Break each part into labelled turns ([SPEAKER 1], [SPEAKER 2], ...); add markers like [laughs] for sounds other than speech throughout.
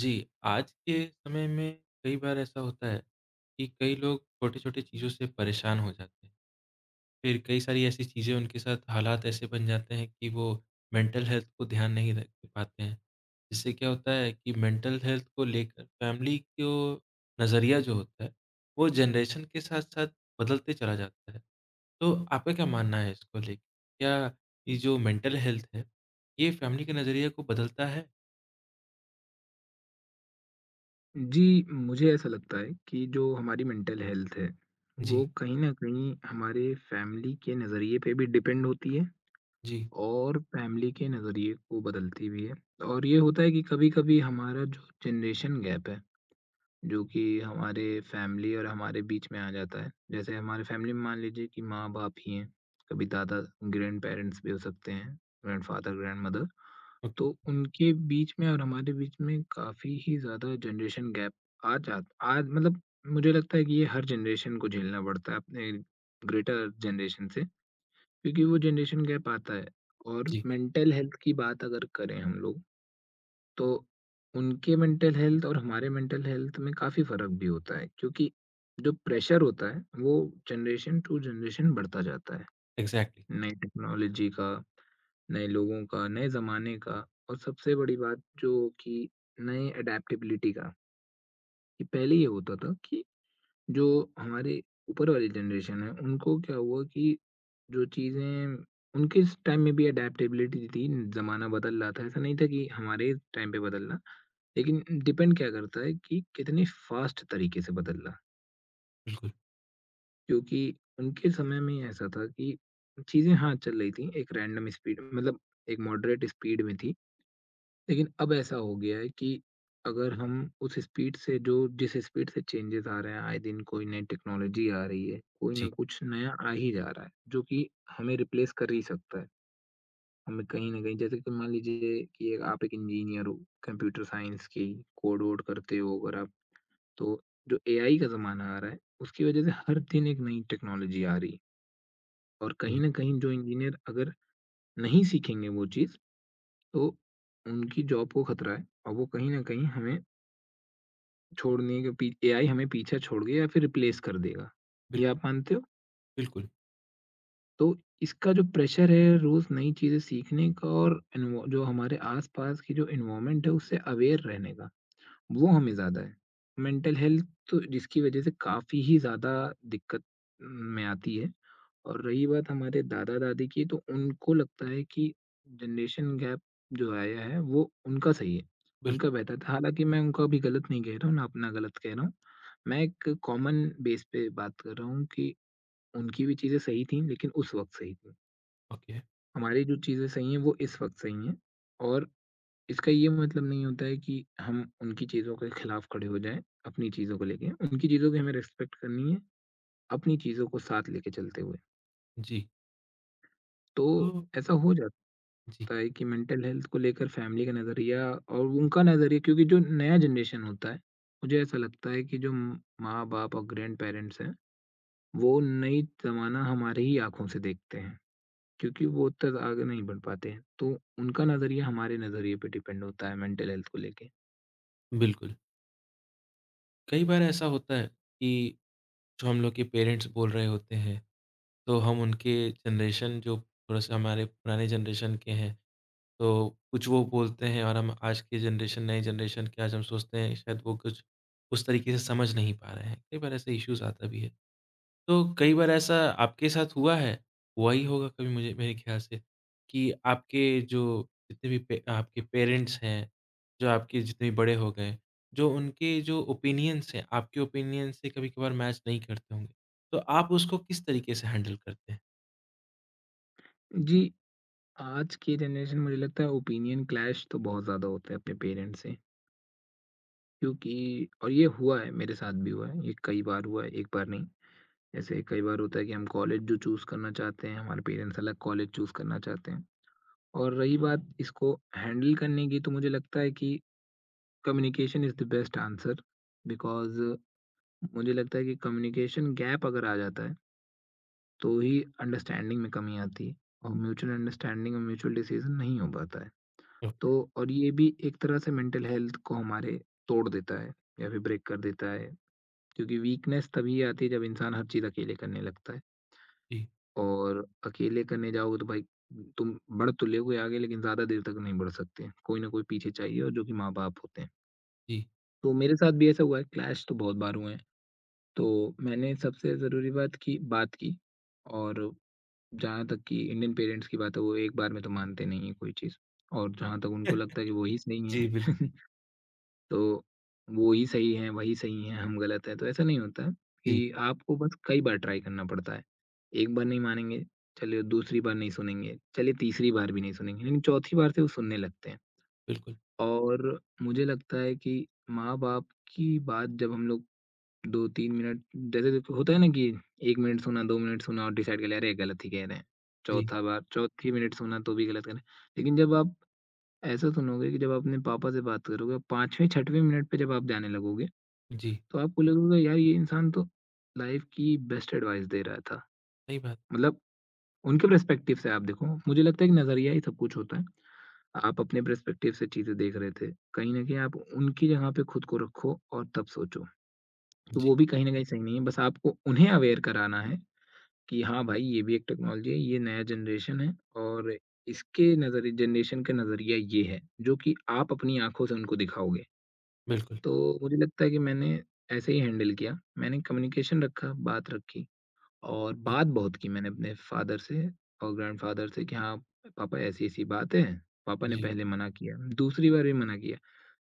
[SPEAKER 1] जी, आज के समय में कई बार ऐसा होता है कि कई लोग छोटी-छोटी चीज़ों से परेशान हो जाते हैं। फिर कई सारी ऐसी चीज़ें उनके साथ हालात ऐसे बन जाते हैं कि वो मेंटल हेल्थ को ध्यान नहीं रख पाते हैं। जिससे क्या होता है कि मेंटल हेल्थ को लेकर फैमिली को नज़रिया जो होता है, वो जनरेशन के साथ-साथ बदलते चला जाता है। तो आपका क्या मानना है इसको लेके? क्या ये जो मेंटल हेल्थ है, ये फैमिली के नज़रिए को बदलता है?
[SPEAKER 2] जी, मुझे ऐसा लगता है कि जो हमारी मेंटल हेल्थ है,
[SPEAKER 1] जी,
[SPEAKER 2] वो कहीं न कहीं हमारे फैमिली के नज़रिए पे भी डिपेंड होती है
[SPEAKER 1] जी।
[SPEAKER 2] और फैमिली के नज़रिए को बदलती भी है। और ये होता है कि कभी-कभी हमारा जो जनरेशन गैप है, जो कि हमारे फैमिली और हमारे बीच में आ जाता है। जैसे हमारे फैमिली में मान लीजिए कि माँ-बाप ही हैं, कभी दादा ग्रैंड-पेरेंट्स भी हो सकते हैं, ग्रैंडफ़ादर, ग्रैंडमदर।
[SPEAKER 1] ओके।
[SPEAKER 2] तो उनके बीच में और हमारे बीच में काफ़ी ही ज़्यादा जनरेशन गैप आ जात आज मतलब मुझे लगता है कि ये हर जनरेशन को झेलना पड़ता है अपने ग्रेटर जनरेशन से, क्योंकि वो जनरेशन गैप आता है और
[SPEAKER 1] जी,
[SPEAKER 2] मेंटल हेल्थ की बात अगर करें हम लोग, तो उनके मेंटल हेल्थ और हमारे मेंटल हेल्थ में काफ़ी फ़र्क भी होता है, क्योंकि जो प्रेशर होता है वो जनरेशन टू जनरेशन बढ़ता जाता है।
[SPEAKER 1] एग्ज़ैक्टली,
[SPEAKER 2] नई टेक्नोलॉजी का, नए लोगों का, नए ज़माने का और सबसे बड़ी बात जो कि नए एडैप्टेबिलिटी का, कि पहले ये होता था कि जो हमारे ऊपर वाली जनरेशन है, उनको क्या हुआ कि जो चीज़ें उनके इस टाइम में भी एडैप्टेबिलिटी थी, ज़माना बदल रहा था, ऐसा नहीं था कि हमारे टाइम पे बदल रहा। लेकिन डिपेंड क्या करता है कि कितने फास्ट तरीके से बदल रहा,
[SPEAKER 1] बिल्कुल,
[SPEAKER 2] क्योंकि उनके समय में ऐसा था कि चीज़ें हाँ, चल रही थी एक रैंडम स्पीड मतलब एक मॉडरेट स्पीड में थी। लेकिन अब ऐसा हो गया है कि अगर हम उस स्पीड से जो जिस स्पीड से चेंजेस आ रहे हैं, आए दिन कोई नई टेक्नोलॉजी आ रही है, कोई ना
[SPEAKER 1] जी,
[SPEAKER 2] कुछ नया आ ही जा रहा है, जो कि हमें रिप्लेस कर ही सकता है। हमें कहीं न कहीं जैसे कि मान लीजिए कि एक आप एक इंजीनियर हो, कंप्यूटर साइंस की कोड वोड करते हो अगर आप, तो जो एआई का ज़माना आ रहा है, उसकी वजह से हर दिन एक नई टेक्नोलॉजी आ रही है और कहीं
[SPEAKER 1] जी,
[SPEAKER 2] न कहीं जो इंजीनियर अगर नहीं सीखेंगे वो चीज़, तो उनकी जॉब को खतरा है और वो कहीं न कहीं हमें छोड़ने के पी एआई हमें पीछे छोड़ गया या फिर रिप्लेस कर देगा, ये
[SPEAKER 1] बिल्कुल,
[SPEAKER 2] आप मानते हो?
[SPEAKER 1] बिल्कुल,
[SPEAKER 2] तो इसका जो प्रेशर है रोज़ नई चीज़ें सीखने का और एनवो जो हमारे आस-पास की जो एनवायरनमेंट है उससे अवेयर रहने का। वो हमें ज़्यादा है। मेंटल हेल्थ तो जिसकी वज़ह से काफ़ी ही ज़्यादा दिक्कत में आती है। और रही बात हमारे दादा-दादी की, तो उनको लगता है कि जनरेशन गैप जो आया है वो उनका सही है,
[SPEAKER 1] बिल्कुल,
[SPEAKER 2] उनका बेहतर था। हालाँकि मैं उनका भी गलत नहीं कह रहा हूँ, ना अपना गलत कह रहा हूँ। मैं एक कॉमन बेस पे बात कर रहा हूँ कि उनकी भी चीज़ें सही थी लेकिन उस वक़्त सही थी।
[SPEAKER 1] ओके,
[SPEAKER 2] हमारी जो चीज़ें सही हैं वो इस वक़्त सही हैं और इसका ये मतलब नहीं होता है कि हम उनकी चीज़ों के खिलाफ खड़े हो जाएँ, अपनी चीज़ों को लेके। उनकी चीज़ों की हमें रिस्पेक्ट करनी है, अपनी चीज़ों को साथ लेके चलते हुए।
[SPEAKER 1] जी,
[SPEAKER 2] तो
[SPEAKER 1] तो
[SPEAKER 2] ऐसा हो जाता
[SPEAKER 1] जी,
[SPEAKER 2] है कि मेंटल हेल्थ को लेकर फैमिली का नज़रिया और उनका नज़रिया, क्योंकि जो नया जनरेशन होता है, मुझे ऐसा लगता है कि जो माँ-बाप और ग्रैंड-पेरेंट्स हैं, वो नई ज़माना हमारी ही आँखों से देखते हैं, क्योंकि वो तक आगे नहीं बढ़ पाते हैं। तो उनका नज़रिया हमारे नज़रिए पे डिपेंड होता है मेंटल हेल्थ को लेके।
[SPEAKER 1] बिल्कुल। कई बार ऐसा होता है कि जो हम लोग के पेरेंट्स बोल रहे होते हैं, तो हम उनके जनरेशन जो थोड़ा-सा हमारे पुराने जनरेशन के हैं, तो कुछ वो बोलते हैं और हम आज के जनरेशन नए जनरेशन के आज हम सोचते हैं शायद वो कुछ उस तरीके से समझ नहीं पा रहे हैं। कई बार ऐसे इश्यूज़ आता भी है। तो कई बार ऐसा आपके साथ हुआ है? हुआ ही होगा कभी मुझे मेरे ख़्याल से कि आपके जो जितने भी पे आपके पेरेंट्स हैं, जो आपके जितने भी बड़े हो गए, जो उनके जो ओपिनियंस हैं, आपके ओपिनियन से कभी-कभार मैच नहीं करते होंगे। तो आप उसको किस तरीके से हैंडल करते हैं?
[SPEAKER 2] जी, आज की जनरेशन मुझे लगता है ओपिनियन क्लैश तो बहुत ज़्यादा होता है अपने पेरेंट्स से, क्योंकि और ये हुआ है, मेरे साथ भी हुआ है ये, कई बार हुआ है, एक बार नहीं। ऐसे कई बार होता है कि हम कॉलेज जो चूज़ करना चाहते हैं हमारे पेरेंट्स अलग कॉलेज चूज़ करना चाहते हैं। और रही बात इसको हैंडल करने की, तो मुझे लगता है कि communication is the best answer, because मुझे लगता है कि कम्युनिकेशन गैप अगर आ जाता है तो ही अंडरस्टैंडिंग में कमी आती है और म्यूचुअल अंडरस्टैंडिंग और म्यूचुअल डिसीजन नहीं हो पाता है।
[SPEAKER 1] ओक
[SPEAKER 2] तो और ये भी एक तरह से मेंटल हेल्थ को हमारे तोड़ देता है या फिर ब्रेक कर देता है, क्योंकि वीकनेस तभी आती है जब इंसान हर चीज़ अकेले करने लगता है।
[SPEAKER 1] जी,
[SPEAKER 2] और अकेले करने जाओगे तो भाई, तुम बढ़ तो लोगे आगे लेकिन ज़्यादा देर तक नहीं बढ़ सकते। कोई ना कोई पीछे चाहिए और जो कि माँ-बाप होते हैं।
[SPEAKER 1] जी।
[SPEAKER 2] तो मेरे साथ भी ऐसा हुआ है, क्लैश तो बहुत बार हुए हैं। तो मैंने सबसे ज़रूरी बात की और जहाँ तक कि इंडियन पेरेंट्स की बात है, वो एक बार में तो मानते नहीं हैं कोई चीज़ और जहाँ तक उनको लगता है कि वो ही सही
[SPEAKER 1] जी, बिल्कुल।
[SPEAKER 2] हैं। [laughs] तो वो ही सही है, वही सही है, हम गलत हैं, तो ऐसा नहीं होता है
[SPEAKER 1] जी,
[SPEAKER 2] कि आपको बस कई बार ट्राई करना पड़ता है। एक बार नहीं मानेंगे, चलिए दूसरी बार नहीं सुनेंगे, चलिए तीसरी बार भी नहीं सुनेंगे, लेकिन चौथी बार से वो सुनने लगते हैं।
[SPEAKER 1] बिल्कुल।
[SPEAKER 2] और मुझे लगता है कि माँ-बाप की बात जब हम लोग 2-3 मिनट, जैसे देखो होता है ना कि 1 मिनट सुना, 2 मिनट सुना और डिसाइड कर लिया, अरे! गलत ही कह रहे हैं।
[SPEAKER 1] जी,
[SPEAKER 2] चौथा बार, चौथी मिनट सुना तो भी गलत कह रहे हैं। लेकिन जब आप ऐसा सुनोगे कि जब आप अपने पापा से बात करोगे, 5वें 6वें मिनट पे जब आप जाने लगोगे,
[SPEAKER 1] जी,
[SPEAKER 2] तो आपको लगेगा यार, ये इंसान तो लाइफ की बेस्ट एडवाइस दे रहा था।
[SPEAKER 1] सही बात।
[SPEAKER 2] मतलब उनके पर्सपेक्टिव से आप देखो, मुझे लगता है कि नज़रिया ही सब कुछ होता है। आप अपने पर्सपेक्टिव से चीज़ें देख रहे थे। कहीं न कहीं आप उनकी जगह पे खुद को रखो और तब सोचो। तो
[SPEAKER 1] जी,
[SPEAKER 2] वो भी कहीं न कहीं सही नहीं है। बस आपको उन्हें अवेयर कराना है कि हाँ भाई, ये भी एक टेक्नोलॉजी है, ये नया जनरेशन है और इसके नज़र जनरेशन का नज़रिया ये है, जो कि आप अपनी आँखों से उनको दिखाओगे।
[SPEAKER 1] बिल्कुल।
[SPEAKER 2] तो मुझे लगता है कि मैंने ऐसे ही हैंडल किया। मैंने कम्युनिकेशन रखा, बात रखी। और
[SPEAKER 1] जी,
[SPEAKER 2] बात बहुत की मैंने अपने फ़ादर से और ग्रैंडफ़ादर से कि हाँ, पापा, ऐसी-ऐसी बात है। पापा ने
[SPEAKER 1] जी,
[SPEAKER 2] पहले मना किया, दूसरी बार भी मना किया,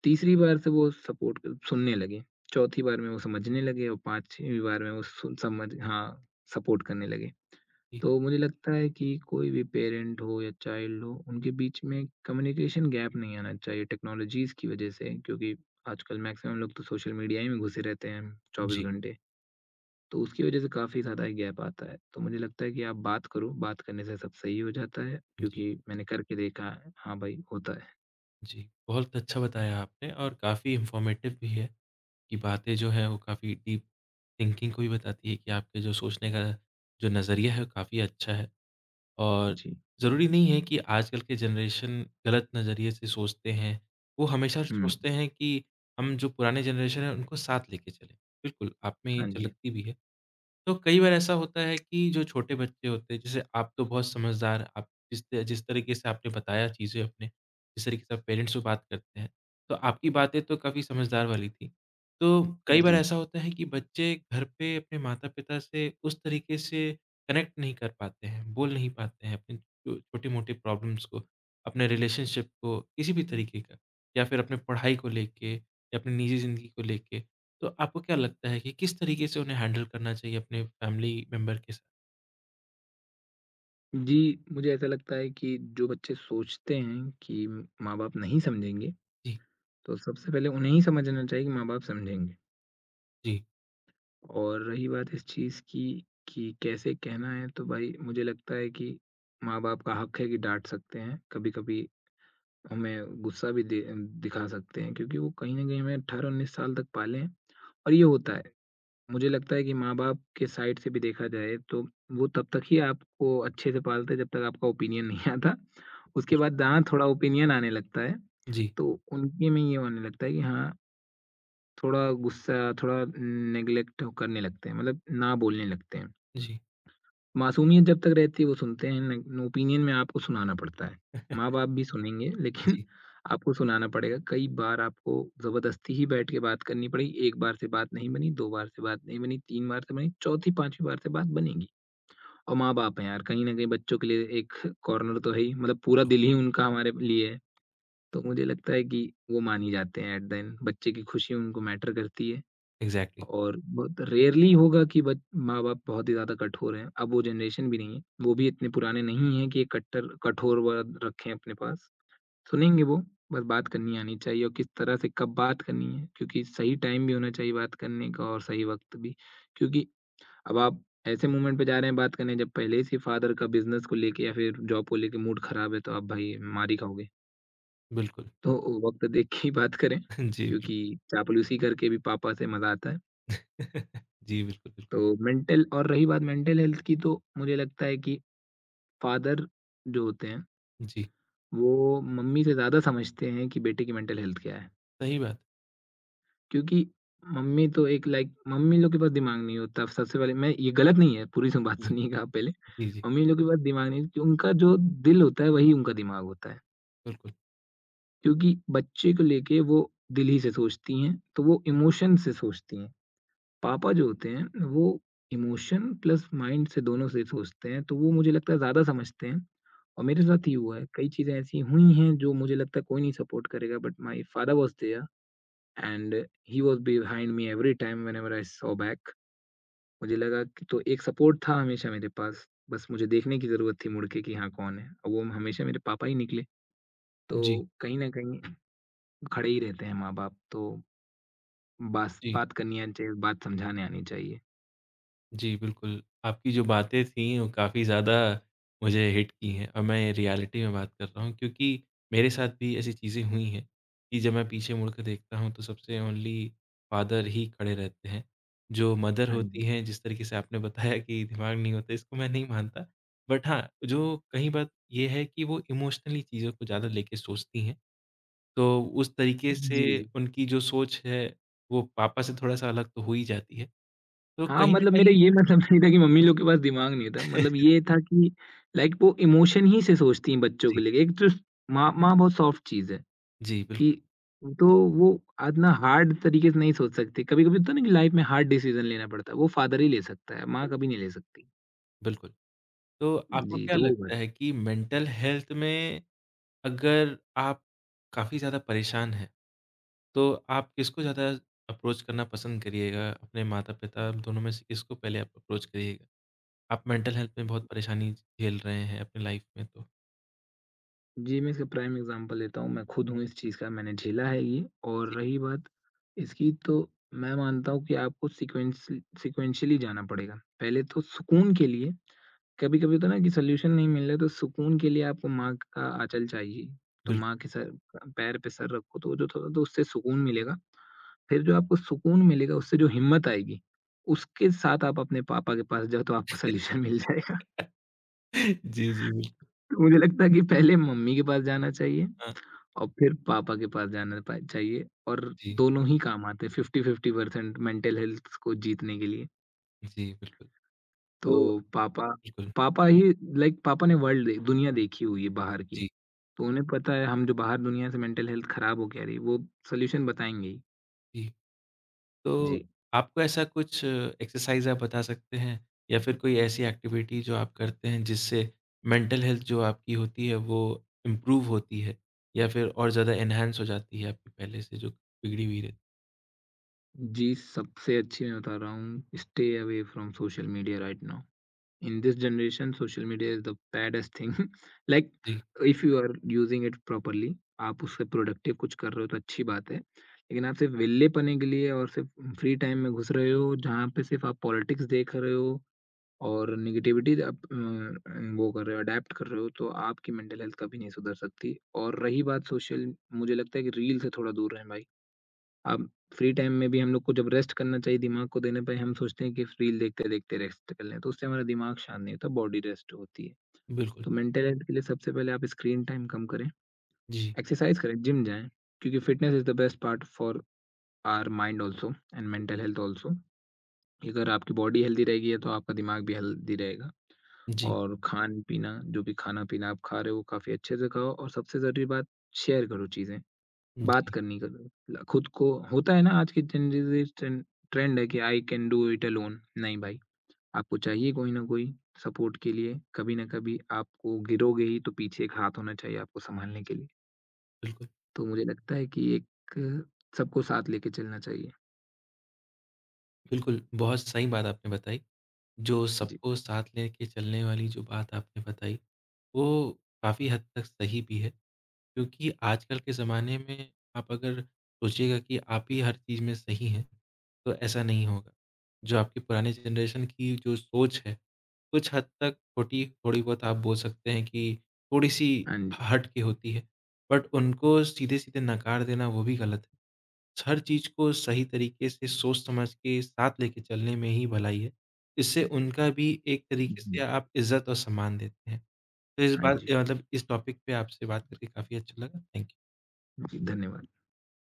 [SPEAKER 2] तीसरी बार से वो सपोर्ट सुनने लगे, चौथी बार में वो समझने लगे और पाँचवीं बार में वो सुन समझ हाँ, सपोर्ट करने लगे।
[SPEAKER 1] जी,
[SPEAKER 2] तो मुझे लगता है कि कोई भी पेरेंट हो या चाइल्ड हो, उनके बीच में कम्युनिकेशन गैप नहीं आना चाहिए टेक्नोलॉजीज़ की वज़ह से, क्योंकि आजकल मैक्सिमम लोग तो सोशल मीडिया ही में घुसे रहते हैं 24
[SPEAKER 1] जी,
[SPEAKER 2] घंटे। तो उसकी वजह से काफ़ी ज़्यादा गैप आता है। तो मुझे लगता है कि आप बात करो, बात करने से सब सही हो जाता है,
[SPEAKER 1] जी,
[SPEAKER 2] क्योंकि मैंने करके देखा है। हाँ भाई, होता है।
[SPEAKER 1] जी। बहुत अच्छा बताया आपने और काफ़ी इन्फॉर्मेटिव भी है। की बातें जो है वो काफ़ी डीप थिंकिंग को भी बताती है कि आपके जो सोचने का जो नज़रिया है वो काफ़ी अच्छा है। और
[SPEAKER 2] जी।
[SPEAKER 1] ज़रूरी नहीं है कि आजकल के जनरेशन गलत नज़रिए से सोचते हैं। वो हमेशा
[SPEAKER 2] हुँ।
[SPEAKER 1] सोचते हैं कि हम जो पुराने जनरेशन है उनको साथ लेके चलें। बिल्कुल, आप में ये
[SPEAKER 2] हाँ जी।
[SPEAKER 1] झलकती भी है। तो कई बार ऐसा होता है कि जो छोटे बच्चे होते हैं, जैसे आप तो बहुत समझदार आप जिस तरीके से आपने बताया चीज़ें अपने, जिस तरीके से आप पेरेंट्स से बात करते हैं, तो आपकी बातें तो काफ़ी समझदार वाली थी। तो कई बार
[SPEAKER 2] जी।
[SPEAKER 1] ऐसा होता है कि बच्चे घर पे अपने माता-पिता से उस तरीके से कनेक्ट नहीं कर पाते हैं, बोल नहीं पाते हैं अपने छो छोटे-मोटे प्रॉब्लम्स को, अपने रिलेशनशिप को, किसी भी तरीके का या फिर अपने पढ़ाई को लेके या अपनी निजी ज़िंदगी को लेके। तो आपको क्या लगता है कि किस तरीके से उन्हें हैंडल करना चाहिए अपने फैमिली मेंबर के साथ?
[SPEAKER 2] जी, मुझे ऐसा लगता है कि जो बच्चे सोचते हैं कि माँ-बाप नहीं समझेंगे,
[SPEAKER 1] जी,
[SPEAKER 2] तो सबसे पहले उन्हें ही समझना चाहिए कि माँ-बाप समझेंगे।
[SPEAKER 1] जी।
[SPEAKER 2] और रही बात इस चीज़ की कि कैसे कहना है, तो भाई मुझे लगता है कि माँ-बाप का हक है कि डाँट सकते हैं। कभी-कभी हमें गुस्सा भी दे दिखा सकते हैं, क्योंकि वो कहीं न कहीं हमें 18-19 साल तक पाले हैं और ये होता है। मुझे लगता है कि माँ-बाप के साइड से भी देखा जाए तो वो तब तक ही आपको अच्छे से पालते हैं जब तक आपका ओपिनियन नहीं [laughs] आता। उसके
[SPEAKER 1] कुछ
[SPEAKER 2] बाद जहाँ थोड़ा ओपिनियन आने लगता है
[SPEAKER 1] जी,
[SPEAKER 2] तो उनके में ये होने लगता है कि हाँ, थोड़ा गुस्सा, थोड़ा नेगलेक्ट करने लगते हैं, मतलब ना बोलने लगते हैं।
[SPEAKER 1] जी।
[SPEAKER 2] मासूमियत जब तक रहती है वो सुनते हैं, न ओपिनियन में आपको सुनाना पड़ता है।
[SPEAKER 1] [laughs]
[SPEAKER 2] माँ-बाप भी सुनेंगे लेकिन [laughs]
[SPEAKER 1] जी,
[SPEAKER 2] आपको सुनाना पड़ेगा। कई बार आपको ज़बरदस्ती ही बैठ के बात करनी पड़ेगी। 1 बार से बात नहीं बनी, 2 बार से बात नहीं बनी, 3 बार से बनी, चौथी, 5वीं बार से बात बनेगी। और माँ-बाप हैं यार, कहीं न कहीं बच्चों के लिए एक कॉर्नर तो है ही, मतलब पूरा
[SPEAKER 1] तो
[SPEAKER 2] दिल ही उनका हमारे लिए है। तो मुझे लगता है कि वो मान ही जाते हैं एट द एंड, बच्चे की खुशी उनको मैटर करती है।
[SPEAKER 1] एग्ज़ैक्टली,
[SPEAKER 2] और बहुत रेयरली होगा कि बच माँ-बाप बहुत ही ज़्यादा कठोर हैं, अब वो जनरेशन भी नहीं है, वो भी इतने पुराने नहीं हैं कि ये कट्टर कठोर वर्ड रखें अपने पास। सुनेंगे वो, बस बात करनी आनी चाहिए और किस तरह से कब बात करनी है, क्योंकि सही टाइम भी होना चाहिए बात करने का और सही वक़्त भी। क्योंकि अब आप ऐसे मोमेंट पे जा रहे हैं बात करने जब पहले से फादर का बिज़नेस को लेके या फिर जॉब को लेके मूड ख़राब है, तो आप भाई मार ही खाओगे।
[SPEAKER 1] बिल्कुल।
[SPEAKER 2] तो वक़्त देख के ही बात करें,
[SPEAKER 1] [laughs] जी,
[SPEAKER 2] क्योंकि
[SPEAKER 1] बिल्कुल।
[SPEAKER 2] चापलूसी करके भी पापा से मज़ा आता है।
[SPEAKER 1] [laughs] जी, बिल्कुल, बिल्कुल।
[SPEAKER 2] तो मेंटल और रही बात मेंटल हेल्थ की, तो मुझे लगता है कि फादर जो होते हैं,
[SPEAKER 1] जी,
[SPEAKER 2] वो मम्मी से ज़्यादा समझते हैं कि बेटे की मेंटल हेल्थ क्या है।
[SPEAKER 1] सही बात।
[SPEAKER 2] क्योंकि मम्मी तो एक लाइक मम्मी लोग के पास दिमाग नहीं होता। सबसे पहले मैं, ये गलत नहीं है, पूरी स बात
[SPEAKER 1] हुँ। जी,
[SPEAKER 2] सुनिएगा आप पहले।
[SPEAKER 1] जी, जी,
[SPEAKER 2] मम्मी लोग के पास दिमाग नहीं, क्यों? उनका जो दिल होता है वही उनका दिमाग होता है।
[SPEAKER 1] बिल्कुल।
[SPEAKER 2] क्योंकि बच्चे को लेके वो दिल ही से सोचती हैं, तो वो इमोशन से सोचती हैं। पापा जो होते हैं वो इमोशन प्लस माइंड से, दोनों से सोचते हैं, तो वो मुझे लगता है ज़्यादा समझते हैं, और मेरे
[SPEAKER 1] जी,
[SPEAKER 2] साथ ही हुआ है। कई चीज़ें ऐसी हुई हैं जो मुझे लगता है कोई नहीं सपोर्ट करेगा, but my father was there and he was behind me every time whenever I saw back. मुझे लगा कि तो एक सपोर्ट था हमेशा मेरे पास, बस मुझे देखने की ज़रूरत थी मुड़ के कि हाँ, कौन है? और वो हमेशा मेरे पापा ही निकले। तो
[SPEAKER 1] जी,
[SPEAKER 2] कहीं न कहीं खड़े ही रहते हैं माँ-बाप, तो बास
[SPEAKER 1] जी।
[SPEAKER 2] बात करनी आनी चाहिए, बात समझाने आनी चाहिए।
[SPEAKER 1] जी, बिल्कुल। आपकी जो बातें थीं वो काफ़ी ज़्यादा मुझे हिट की हैं और मैं रियलिटी में बात कर रहा हूँ क्योंकि मेरे साथ भी ऐसी चीज़ें हुई हैं कि जब मैं पीछे मुड़ के देखता हूँ तो सबसे ओनली फ़ादर ही खड़े रहते हैं। जो मदर
[SPEAKER 2] हाँ जी।
[SPEAKER 1] होती हैं जिस तरीके से आपने बताया कि दिमाग नहीं होता इसको मैं नहीं मानता। बट हाँ, जो कहीं बात ये है कि वो इमोशनली चीज़ों को ज़्यादा लेके सोचती हैं। तो उस तरीके से
[SPEAKER 2] जी, जी।
[SPEAKER 1] उनकी जो सोच है वो पापा से थोड़ा-सा अलग तो हो ही जाती है। तो
[SPEAKER 2] हाँ,
[SPEAKER 1] कहीं न
[SPEAKER 2] मतलब मेरा
[SPEAKER 1] कहीं
[SPEAKER 2] ये मतलब नहीं था कि मम्मी लोग के पास दिमाग नहीं था। मतलब
[SPEAKER 1] [laughs]
[SPEAKER 2] ये था कि वो इमोशन ही से सोचती हैं बच्चों के
[SPEAKER 1] जी।
[SPEAKER 2] लिए। एक तो माँ, माँ बहुत सॉफ्ट चीज़ है
[SPEAKER 1] जी, बिल्कुल,
[SPEAKER 2] कि, तो वो इतना हार्ड तरीके से नहीं सोच सकती। कभी-कभी होता है ना कि लाइफ में हार्ड डिसीज़न लेना पड़ता है, वो फादर ही ले सकता है, माँ
[SPEAKER 1] बिल्कुल,
[SPEAKER 2] कभी नहीं ले सकती।
[SPEAKER 1] बिल्कुल। तो आपको
[SPEAKER 2] जी,
[SPEAKER 1] क्या
[SPEAKER 2] तो वो बात।
[SPEAKER 1] लगता है कि मेंटल हेल्थ में अगर आप काफ़ी ज़्यादा परेशान हैं, तो आप किसको ज़्यादा अप्रोच करना पसंद करिएगा? अपने माता-पिता दोनों में से किसको पहले आप अप्रोच करिएगा? आप मेंटल हेल्थ में बहुत परेशानी झेल रहे हैं अपनी लाइफ़ में तो
[SPEAKER 2] जी, मैं इसका प्राइम एग्ज़ाम्पल लेता हूँ, मैं खुद हूँ इस चीज़ का, मैंने झेला है ये। और रही बात इसकी, तो मैं मानता हूँ कि आपको सीक्वेंस सीक्वेंशियली जाना पड़ेगा। पहले तो सुकून के लिए, कभी-कभी होता है ना कि सॉल्यूशन नहीं मिल रहा, तो सुकून के लिए आपको माँ का आँचल चाहिए। तो
[SPEAKER 1] बिल्कुल।
[SPEAKER 2] माँ के सर पैर पे सर रखो, तो जो थोड़ा तो उससे सुकून मिलेगा। फिर जो आपको सुकून मिलेगा, उससे जो हिम्मत आएगी, उसके साथ आप अपने पापा के पास जाओ, तो आपको सॉल्यूशन मिल जाएगा। [laughs]
[SPEAKER 1] [laughs] जी, जी, बिल्कुल।
[SPEAKER 2] तो मुझे लगता है कि पहले मम्मी के पास जाना चाहिए
[SPEAKER 1] हाँ,
[SPEAKER 2] और फिर पापा के पास जाना पा चाहिए और
[SPEAKER 1] जी,
[SPEAKER 2] दोनों ही काम आते हैं, 50-50% मेंटल हेल्थ को जीतने के लिए।
[SPEAKER 1] जी, बिल्कुल। तो
[SPEAKER 2] तो पापा
[SPEAKER 1] बिल्कुल,
[SPEAKER 2] पापा ही, पापा ने वर्ल्ड दे दुनिया देखी हुई है बाहर की।
[SPEAKER 1] जी,
[SPEAKER 2] तो उन्हें पता है हम जो बाहर दुनिया से मेंटल हेल्थ खराब हो के आ रही है वो सॉल्यूशन बताएँगे ही।
[SPEAKER 1] जी।
[SPEAKER 2] जी।
[SPEAKER 1] तो आपको ऐसा कुछ एक्सरसाइज़ आप बता सकते हैं या फिर कोई ऐसी एक्टिविटी जो आप करते हैं जिससे मेंटल हेल्थ जो आपकी होती है वो इम्प्रूव होती है या फिर और ज़्यादा एनहांस हो जाती है आपकी पहले से जो बिगड़ी हुई रहती है?
[SPEAKER 2] जी, सबसे अच्छी मैं बता रहा हूँ, stay away from social media right now. In this generation social media is the baddest thing. Like
[SPEAKER 1] जी,
[SPEAKER 2] if you are using it properly, [laughs] आप उससे प्रोडक्टिव कुछ कर रहे हो तो अच्छी बात है। लेकिन आप सिर्फ़ विल्ले पने के लिए और सिर्फ़ फ्री टाइम में घुस रहे हो, जहाँ पे सिर्फ़ आप पॉलिटिक्स देख रहे हो और नेगेटिविटी आप वो कर रहे हो, अडैप्ट कर रहे हो, तो आपकी मेंटल हेल्थ कभी नहीं सुधर सकती। और रही बात सोशल मुझे लगता है कि रील से थोड़ा दूर रहें भाई। अब फ्री टाइम में भी हम लोग को जब रेस्ट करना चाहिए दिमाग को देने पे, हम सोचते हैं कि रील देखते-देखते रेस्ट कर लें, तो उससे हमारा दिमाग शांत नहीं होता, बॉडी रेस्ट होती है।
[SPEAKER 1] बिल्कुल।
[SPEAKER 2] तो मेंटल हेल्थ के लिए सबसे पहले आप स्क्रीन टाइम कम करें,
[SPEAKER 1] जी,
[SPEAKER 2] एक्सरसाइज़ करें, जिम जाएँ, क्योंकि fitness is the best part for our mind also and mental health also. अगर आपकी बॉडी हेल्दी रहेगी, तो आपका दिमाग भी हेल्दी रहेगा।
[SPEAKER 1] जी,
[SPEAKER 2] और खान-पीना, जो भी खाना-पीना आप खा रहे हो, काफ़ी अच्छे से खाओ। और सबसे ज़रूरी बात, शेयर करो चीज़ें, बात
[SPEAKER 1] जी,
[SPEAKER 2] करनी करो। ल खुद को होता है ना, आज की जनरेशन ट्रेंड है कि I can do it alone. नहीं भाई, आपको चाहिए कोई ना कोई सपोर्ट के लिए। कभी ना कभी आपको गिरोगे ही, तो पीछे एक हाथ होना चाहिए आपको सँभालने के लिए।
[SPEAKER 1] बिल्कुल,
[SPEAKER 2] तो मुझे लगता है कि एक सबको साथ लेके चलना चाहिए।
[SPEAKER 1] बिल्कुल। बहुत सही बात आपने बताई, जो
[SPEAKER 2] जी।
[SPEAKER 1] सबको साथ लेके चलने वाली जो बात आपने बताई, वो काफ़ी हद तक सही भी है। क्योंकि आजकल के ज़माने में आप अगर सोचिएगा कि आप ही हर चीज़ में सही हैं, तो ऐसा नहीं होगा। जो आपकी पुरानी जनरेशन की जो सोच है, कुछ हद तक खोटी थोड़ी बहुत आप बोल सकते हैं कि थोड़ी-सी
[SPEAKER 2] हाँ जी।
[SPEAKER 1] ह हट के होती है, बट उनको सीधे-सीधे नकार देना वो भी गलत है। हर चीज़ को सही तरीके से सोच-समझ के साथ लेके चलने में ही भलाई है। इससे उनका भी एक तरीके से
[SPEAKER 2] जी।
[SPEAKER 1] आप इज़्ज़त और सम्मान देते हैं। तो इस
[SPEAKER 2] हाँ
[SPEAKER 1] बात
[SPEAKER 2] जी।
[SPEAKER 1] मतलब इस टॉपिक पे आपसे बात करके काफ़ी अच्छा लगा। थैंक
[SPEAKER 2] जी, धन्यवाद।